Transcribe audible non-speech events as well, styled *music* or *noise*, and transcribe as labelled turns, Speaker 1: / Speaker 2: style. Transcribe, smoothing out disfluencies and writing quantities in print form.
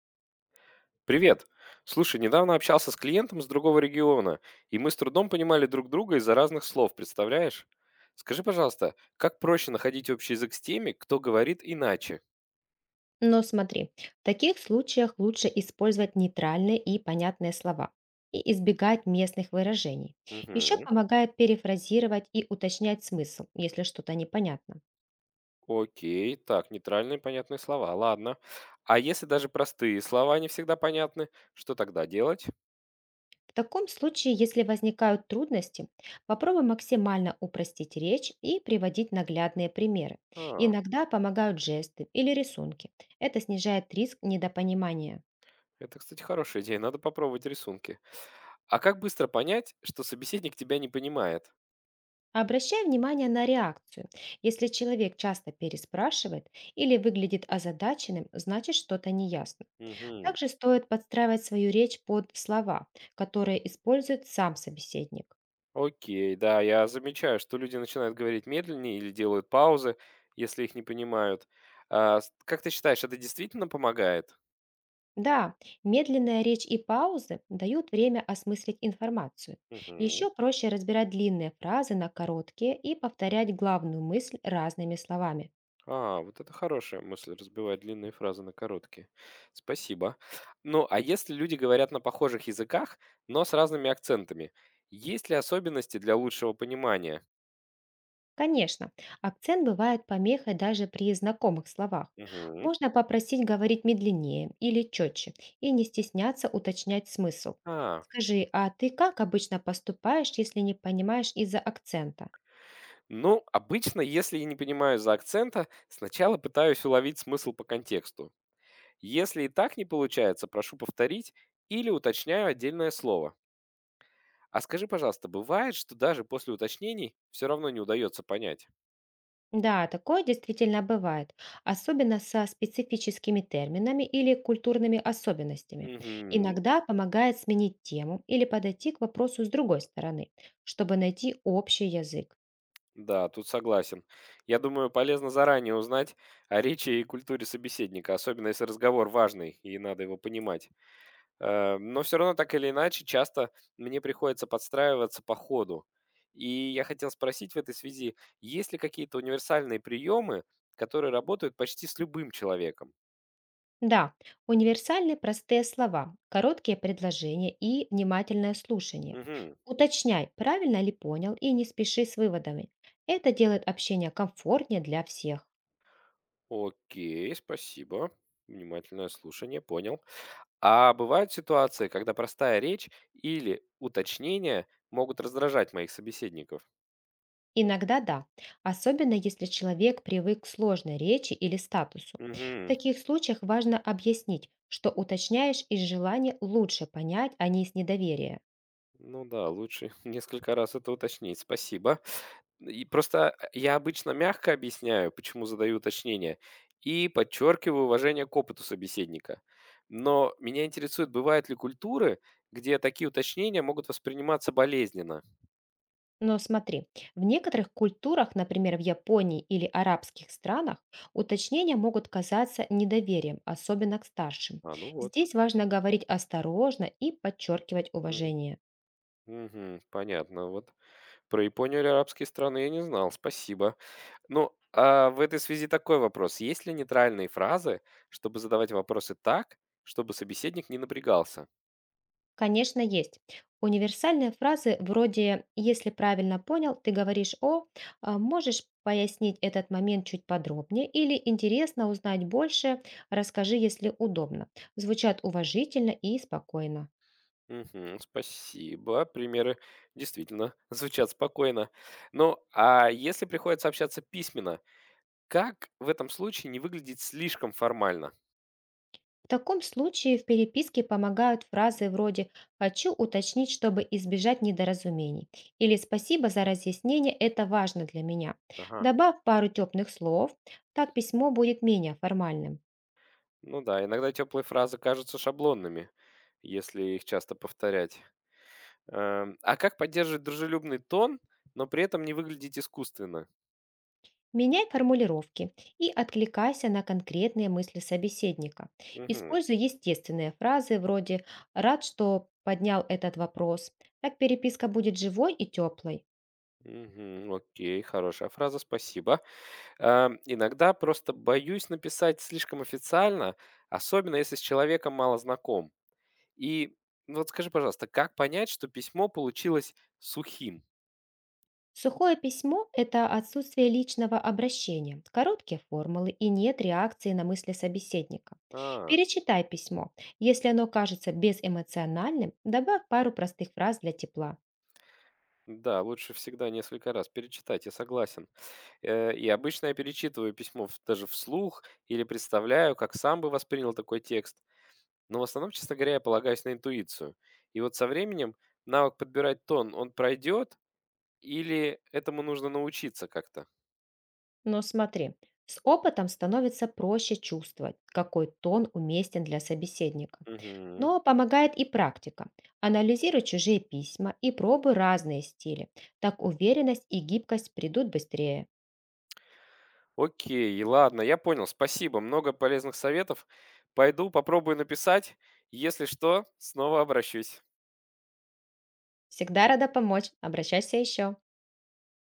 Speaker 1: Привет. Слушай, недавно общался с клиентом с другого региона, и мы с трудом понимали друг друга из-за разных слов, представляешь? Скажи, пожалуйста, как проще находить общий язык с теми, кто говорит иначе?
Speaker 2: Но смотри, в таких случаях лучше использовать нейтральные и понятные слова и избегать местных выражений. Еще
Speaker 1: Угу.
Speaker 2: помогает перефразировать и уточнять смысл, если что-то непонятно.
Speaker 1: Окей, так, нейтральные понятные слова, ладно. А если даже простые слова не всегда понятны, что тогда делать?
Speaker 2: В таком случае, если возникают трудности, попробуй максимально упростить речь и приводить наглядные примеры.
Speaker 1: А,
Speaker 2: Иногда помогают жесты или рисунки. Это снижает риск недопонимания.
Speaker 1: это, кстати, хорошая идея, надо попробовать рисунки. А как быстро понять, что собеседник тебя не понимает?
Speaker 2: Обращай внимание на реакцию. Если человек часто переспрашивает или выглядит озадаченным, значит что-то неясно.
Speaker 1: Угу.
Speaker 2: Также стоит подстраивать свою речь под слова, которые использует сам собеседник.
Speaker 1: Окей, да, я замечаю, что люди начинают говорить медленнее или делают паузы, если их не понимают. Как ты считаешь, это действительно помогает?
Speaker 2: Да, медленная речь и паузы дают время осмыслить информацию.
Speaker 1: Мгм.
Speaker 2: Еще проще разбирать длинные фразы на короткие и повторять главную мысль разными словами.
Speaker 1: А, вот это хорошая мысль, разбивать длинные фразы на короткие. Спасибо. Ну, а если люди говорят на похожих языках, но с разными акцентами, есть ли особенности для лучшего понимания?
Speaker 2: Конечно, акцент бывает помехой даже при знакомых словах.
Speaker 1: Мгм.
Speaker 2: Можно попросить говорить медленнее или четче и не стесняться уточнять смысл.
Speaker 1: А,
Speaker 2: Скажи, а ты как обычно поступаешь, если не понимаешь из-за акцента?
Speaker 1: ну, обычно, если я не понимаю из-за акцента, сначала пытаюсь уловить смысл по контексту. Если и так не получается, прошу повторить или уточняю отдельное слово. А скажи, пожалуйста, бывает, что даже после уточнений все равно не удается понять?
Speaker 2: Да, такое действительно бывает, особенно со специфическими терминами или культурными особенностями.
Speaker 1: Мгм.
Speaker 2: Иногда помогает сменить тему или подойти к вопросу с другой стороны, чтобы найти общий язык.
Speaker 1: Да, тут согласен. Я думаю, полезно заранее узнать о речи и культуре собеседника, особенно если разговор важный и надо его понимать. Но все равно, так или иначе, часто мне приходится подстраиваться по ходу. И я хотел спросить в этой связи, есть ли какие-то универсальные приемы, которые работают почти с любым человеком?
Speaker 2: Да, универсальны простые слова, короткие предложения и внимательное слушание.
Speaker 1: Мгм.
Speaker 2: Уточняй, правильно ли понял, и не спеши с выводами. Это делает общение комфортнее для всех.
Speaker 1: Окей, спасибо. Внимательное слушание, понял. А бывают ситуации, когда простая речь или уточнения могут раздражать моих собеседников?
Speaker 2: Иногда да, особенно если человек привык к сложной речи или статусу. В
Speaker 1: Мгм.
Speaker 2: таких случаях важно объяснить, что уточняешь из желания лучше понять, а не из недоверия.
Speaker 1: Ну да, лучше *laughs* несколько раз это уточнить. Спасибо. И просто я обычно мягко объясняю, почему задаю уточнение, и подчеркиваю уважение к опыту собеседника. Но меня интересует, бывают ли культуры, где такие уточнения могут восприниматься болезненно.
Speaker 2: Но смотри, в некоторых культурах, например, в Японии или арабских странах, уточнения могут казаться недоверием, особенно к старшим.
Speaker 1: А, ну вот.
Speaker 2: Здесь важно говорить осторожно и подчеркивать уважение.
Speaker 1: Мгм. Понятно. Вот про Японию или арабские страны я не знал. Спасибо. Ну, а в этой связи такой вопрос. Есть ли нейтральные фразы, чтобы задавать вопросы так, чтобы собеседник не напрягался?
Speaker 2: Конечно, есть. Универсальные фразы вроде «если правильно понял, ты говоришь о», «можешь пояснить этот момент чуть подробнее» или «интересно узнать больше, расскажи, если удобно». Звучат уважительно и спокойно.
Speaker 1: Мгм. Спасибо. Примеры действительно *laughs* звучат спокойно. Ну, а если приходится общаться письменно, как в этом случае не выглядеть слишком формально?
Speaker 2: В таком случае в переписке помогают фразы вроде «хочу уточнить, чтобы избежать недоразумений» или «спасибо за разъяснение, это важно для меня».
Speaker 1: Ага.
Speaker 2: Добавь пару теплых слов, так письмо будет менее формальным.
Speaker 1: Ну да, иногда теплые фразы кажутся шаблонными, если их часто повторять. А как поддерживать дружелюбный тон, но при этом не выглядеть искусственно?
Speaker 2: Меняй формулировки и откликайся на конкретные мысли собеседника.
Speaker 1: Мгм.
Speaker 2: Используй естественные фразы вроде «рад, что поднял этот вопрос». Так переписка будет живой и теплой.
Speaker 1: Мгм. Окей, хорошая фраза, спасибо. Иногда просто боюсь написать слишком официально, особенно если с человеком мало знаком. И ну вот скажи, пожалуйста, как понять, что письмо получилось сухим?
Speaker 2: Сухое письмо– это отсутствие личного обращения, короткие формулы и нет реакции на мысли собеседника.
Speaker 1: А,
Speaker 2: Перечитай письмо. Если оно кажется безэмоциональным, добавь пару простых фраз для тепла.
Speaker 1: да, лучше всегда несколько раз перечитать, я согласен. И обычно я перечитываю письмо даже вслух или представляю, как сам бы воспринял такой текст. Но в основном, честно говоря, я полагаюсь на интуицию. И вот со временем навык подбирать тон, он пройдет или этому нужно научиться как-то?
Speaker 2: Но смотри, с опытом становится проще чувствовать, какой тон уместен для собеседника.
Speaker 1: Мгм.
Speaker 2: Но помогает и практика. Анализируй чужие письма и пробуй разные стили. Так уверенность и гибкость придут быстрее.
Speaker 1: Окей, ладно, я понял. Спасибо, много полезных советов. Пойду попробую написать. Если что, снова обращусь.
Speaker 2: Всегда рада помочь. Обращайся еще.